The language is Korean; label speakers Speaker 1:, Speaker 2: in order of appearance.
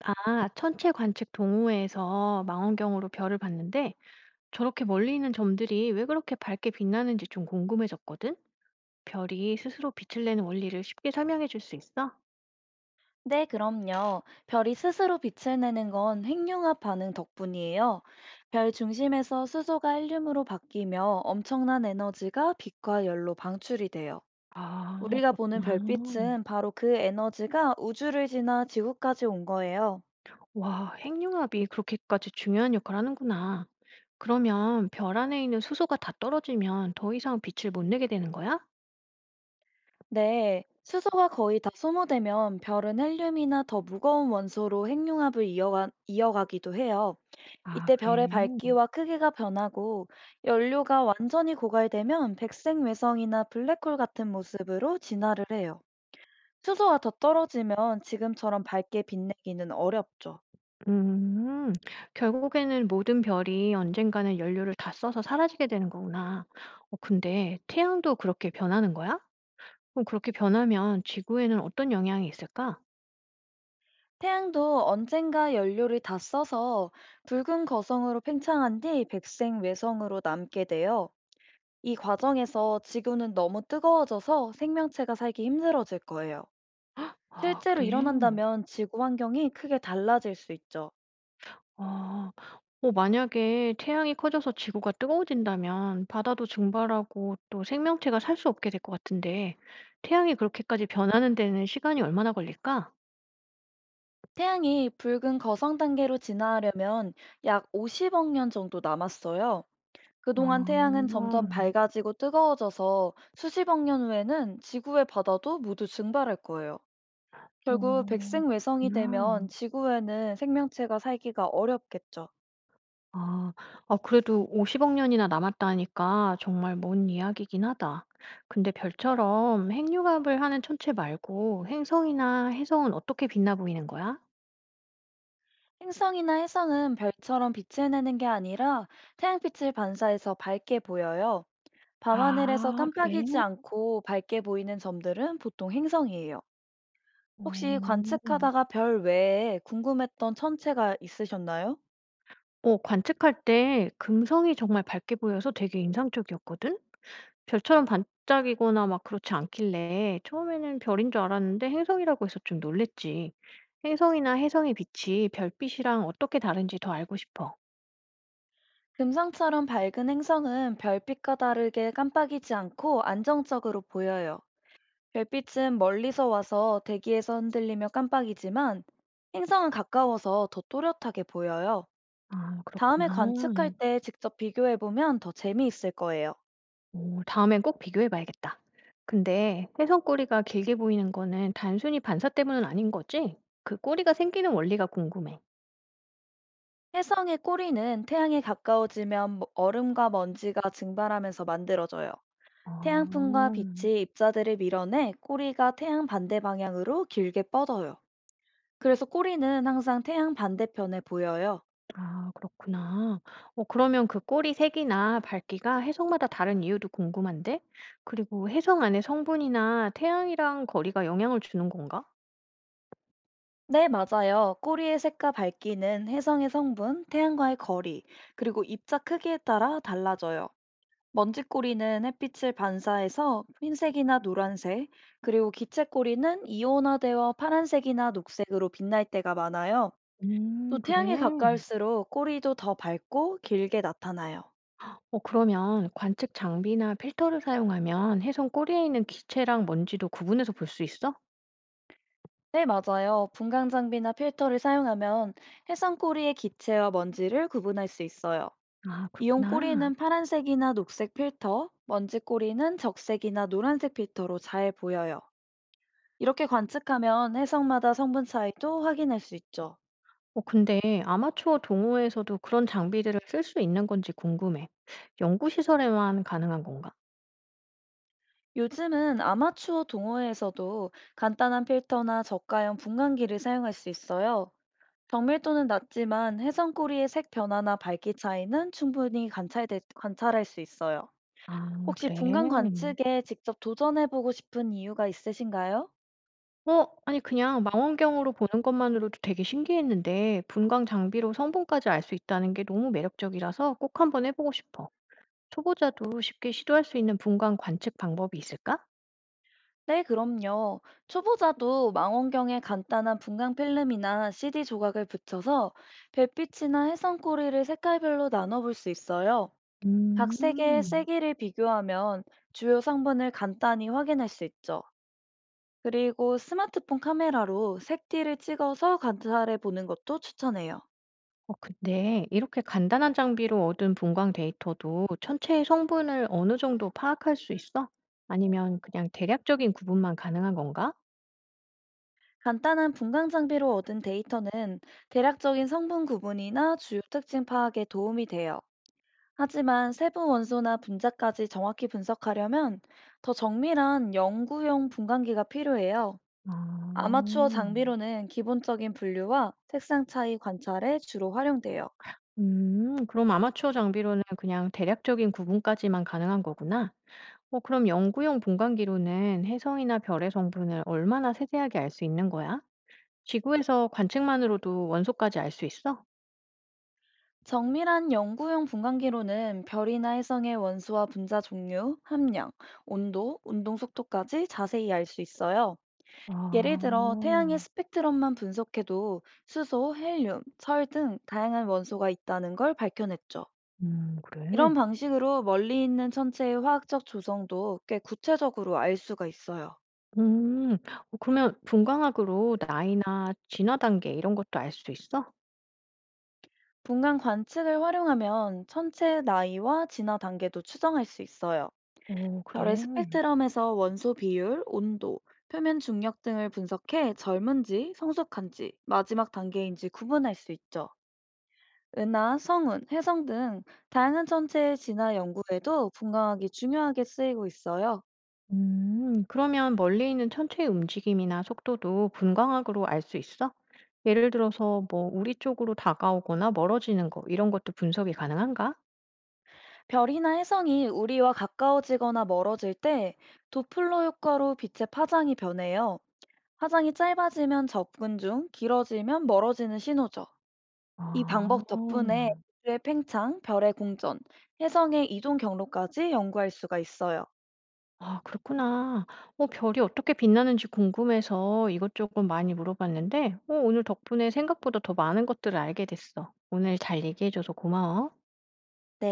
Speaker 1: 아, 천체 관측 동호회에서 망원경으로 별을 봤는데 저렇게 멀리 있는 점들이 왜 그렇게 밝게 빛나는지 좀 궁금해졌거든? 별이 스스로 빛을 내는 원리를 쉽게 설명해 줄 수 있어?
Speaker 2: 네, 그럼요. 별이 스스로 빛을 내는 건 핵융합 반응 덕분이에요. 별 중심에서 수소가 헬륨으로 바뀌며 엄청난 에너지가 빛과 열로 방출이 돼요.
Speaker 1: 아,
Speaker 2: 우리가 보는
Speaker 1: 그렇구나.
Speaker 2: 별빛은 바로 그 에너지가 우주를 지나 지구까지 온 거예요.
Speaker 1: 와, 핵융합이 그렇게까지 중요한 역할을 하는구나. 그러면 별 안에 있는 수소가 다 떨어지면 더 이상 빛을 못 내게 되는 거야?
Speaker 2: 네, 수소가 거의 다 소모되면 별은 헬륨이나 더 무거운 원소로 핵융합을 이어가기도 해요.
Speaker 1: 아,
Speaker 2: 이때
Speaker 1: 그래.
Speaker 2: 별의 밝기와 크기가 변하고 연료가 완전히 고갈되면 백색 외성이나 블랙홀 같은 모습으로 진화를 해요. 수소가 더 떨어지면 지금처럼 밝게 빛내기는 어렵죠.
Speaker 1: 음. 결국에는 모든 별이 언젠가는 연료를 다 써서 사라지게 되는 거구나. 어 근데 태양도 그렇게 변하는 거야? 그럼 그렇게 변하면 지구에는 어떤 영향이 있을까?
Speaker 2: 태양도 언젠가 연료를 다 써서 붉은 거성으로 팽창한 뒤 백색 외성으로 남게 돼요. 이 과정에서 지구는 너무 뜨거워져서 생명체가 살기 힘들어질 거예요.
Speaker 1: 아
Speaker 2: 실제로
Speaker 1: 그래?
Speaker 2: 일어난다면 지구 환경이 크게 달라질 수 있죠.
Speaker 1: 아. 어 만약에 태양이 커져서 지구가 뜨거워진다면 바다도 증발하고 또 생명체가 살 수 없게 될 것 같은데 태양이 그렇게까지 변하는 데는 시간이 얼마나 걸릴까?
Speaker 2: 태양이 붉은 거성 단계로 진화하려면 약 50억 년 정도 남았어요. 그동안 태양은 점점
Speaker 1: 아.
Speaker 2: 밝아지고 뜨거워져서 수십억 년 후에는 지구의 바다도 모두 증발할 거예요. 결국
Speaker 1: 어
Speaker 2: 백색 외성이
Speaker 1: 그렇구나.
Speaker 2: 되면 지구에는 생명체가 살기가 어렵겠죠.
Speaker 1: 아. 아 그래도 50억 년이나 남았다니까 정말 먼 이야기긴 하다. 근데 별처럼 핵융합을 하는 천체 말고 행성이나 해성은 어떻게 빛나 보이는 거야?
Speaker 2: 행성이나 해성은 별처럼 빛을내는 게 아니라 태양빛을 반사해서 밝게 보여요. 밤하늘에서
Speaker 1: 아, 그래?
Speaker 2: 깜빡이지 않고 밝게 보이는 점들은 보통 행성이에요. 혹시
Speaker 1: 어.
Speaker 2: 관측하다가 별 외에 궁금했던 천체가 있으셨나요?
Speaker 1: 어 관측할 때 금성이 정말 밝게 보여서 되게 인상적이었거든? 별처럼 반짝이거나 막 그렇지 않길래 처음에는 별인 줄 알았는데 행성이라고 해서 좀 놀랬지. 행성이나 해성의 빛이 별빛이랑 어떻게 다른지 더 알고 싶어.
Speaker 2: 금상처럼 밝은 행성은 별빛과 다르게 깜빡이지 않고 안정적으로 보여요. 별빛은 멀리서 와서 대기에서 흔들리며 깜빡이지만 행성은 가까워서 더 또렷하게 보여요.
Speaker 1: 아
Speaker 2: 다음에
Speaker 1: 그렇구나.
Speaker 2: 관측할 때 직접 비교해보면 더 재미있을 거예요.
Speaker 1: 오 다음엔 꼭 비교해 봐야겠다. 근데 혜성 꼬리가 길게 보이는 거는 단순히 반사 때문은 아닌 거지? 그 꼬리가 생기는 원리가 궁금해.
Speaker 2: 혜성의 꼬리는 태양에 가까워지면 얼음과 먼지가 증발하면서 만들어져요. 태양풍과
Speaker 1: 아.
Speaker 2: 빛이 입자들을 밀어내 꼬리가 태양 반대 방향으로 길게 뻗어요. 그래서 꼬리는 항상 태양 반대편에 보여요.
Speaker 1: 아 그렇구나. 어 그러면 그 꼬리 색이나 밝기가 해성마다 다른 이유도 궁금한데? 그리고 해성 안의 성분이나 태양이랑 거리가 영향을 주는 건가?
Speaker 2: 네, 맞아요. 꼬리의 색과 밝기는 혜성의 성분, 태양과의 거리, 그리고 입자 크기에 따라 달라져요. 먼지 꼬리는 햇빛을 반사해서 흰색이나 노란색, 그리고 기체 꼬리는 이온화되어 파란색이나 녹색으로 빛날 때가 많아요. 또 태양에
Speaker 1: 그래?
Speaker 2: 가까울수록 꼬리도 더 밝고 길게 나타나요.
Speaker 1: 어 그러면 관측 장비나 필터를 사용하면 해성 꼬리에 있는 기체랑 먼지도 구분해서 볼 수 있어?
Speaker 2: 네, 맞아요. 분광 장비나 필터를 사용하면 해상 꼬리의 기체와 먼지를 구분할 수 있어요.
Speaker 1: 아
Speaker 2: 이온
Speaker 1: 그렇구나.
Speaker 2: 꼬리는 파란색이나 녹색 필터, 먼지 꼬리는 적색이나 노란색 필터로 잘 보여요. 이렇게 관측하면 해성마다 성분 차이도 확인할 수 있죠.
Speaker 1: 어 근데 아마추어 동호회에서도 그런 장비들을 쓸 수 있는 건지 궁금해. 연구시설에만 가능한 건가?
Speaker 2: 요즘은 아마추어 동호회에서도 간단한 필터나 저가형 분광기를 사용할 수 있어요. 정밀도는 낮지만 해성 꼬리의 색 변화나 밝기 차이는 충분히 관찰할 수 있어요.
Speaker 1: 아
Speaker 2: 혹시
Speaker 1: 그래?
Speaker 2: 분간 관측에 직접 도전해보고 싶은 이유가 있으신가요?
Speaker 1: 어 아니 그냥 망원경으로 보는 것만으로도 되게 신기했는데 분광 장비로 성분까지 알 수 있다는 게 너무 매력적이라서 꼭 한번 해 보고 싶어. 초보자도 쉽게 시도할 수 있는 분광 관측 방법이 있을까?
Speaker 2: 네, 그럼요. 초보자도 망원경에 간단한 분광 필름이나 CD 조각을 붙여서 별빛이나 해상꼬리를 색깔별로 나눠볼 수 있어요. 각 색의
Speaker 1: 음.
Speaker 2: 세기를 비교하면 주요 성분을 간단히 확인할 수 있죠. 그리고 스마트폰 카메라로 색띠를 찍어서 관찰해 보는 것도 추천해요.
Speaker 1: 어 근데 이렇게 간단한 장비로 얻은 분광 데이터도 천체의 성분을 어느 정도 파악할 수 있어? 아니면 그냥 대략적인 구분만 가능한 건가?
Speaker 2: 간단한 분광 장비로 얻은 데이터는 대략적인 성분 구분이나 주요 특징 파악에 도움이 돼요. 하지만 세부 원소나 분자까지 정확히 분석하려면 더 정밀한 연구용 분광기가 필요해요.
Speaker 1: 아.
Speaker 2: 아마추어 장비로는 기본적인 분류와 색상 차이 관찰에 주로 활용돼요.
Speaker 1: 그럼 아마추어 장비로는 그냥 대략적인 구분까지만 가능한 거구나. 어, 그럼 연구용 분광기로는 혜성이나 별의 성분을 얼마나 세세하게 알 수 있는 거야? 지구에서 관측만으로도 원소까지 알 수 있어?
Speaker 2: 정밀한 연구용 분광기로는 별이나 혜성의 원소와 분자 종류, 함량, 온도, 운동 속도까지 자세히 알 수 있어요. 예를 들어 태양의
Speaker 1: 아,
Speaker 2: 스펙트럼만 분석해도 수소, 헬륨, 철 등 다양한 원소가 있다는 걸 밝혀냈죠. 이런
Speaker 1: 그래.
Speaker 2: 방식으로 멀리 있는 천체의 화학적 조성도 꽤 구체적으로 알 수가 있어요.
Speaker 1: 음. 어 그러면 분광학으로 나이나 진화 단계 이런 것도 알 수 있어?
Speaker 2: 분간 관측을 활용하면 천체의 나이와 진화 단계도 추정할 수 있어요.
Speaker 1: 오
Speaker 2: 별의
Speaker 1: 그래.
Speaker 2: 스펙트럼에서 원소 비율, 온도, 표면 중력 등을 분석해 젊은지, 성숙한지, 마지막 단계인지 구분할 수 있죠. 은하, 성운, 혜성 등 다양한 천체의 진화 연구에도 분광학이 중요하게 쓰이고 있어요.
Speaker 1: 음. 그러면 멀리 있는 천체의 움직임이나 속도도 분광학으로 알 수 있어? 예를 들어서 뭐 우리 쪽으로 다가오거나 멀어지는 거 이런 것도 분석이 가능한가?
Speaker 2: 별이나 혜성이 우리와 가까워지거나 멀어질 때 도플러 효과로 빛의 파장이 변해요. 파장이 짧아지면 접근 중, 길어지면 멀어지는 신호죠. 이 방법
Speaker 1: 아.
Speaker 2: 덕분에 우주의 팽창, 별의 공전, 혜성의 이동 경로까지 연구할 수가 있어요.
Speaker 1: 아 그렇구나. 어 별이 어떻게 빛나는지 궁금해서 이것저것 많이 물어봤는데 어 오늘 덕분에 생각보다 더 많은 것들을 알게 됐어. 오늘 잘 얘기해 줘서 고마워.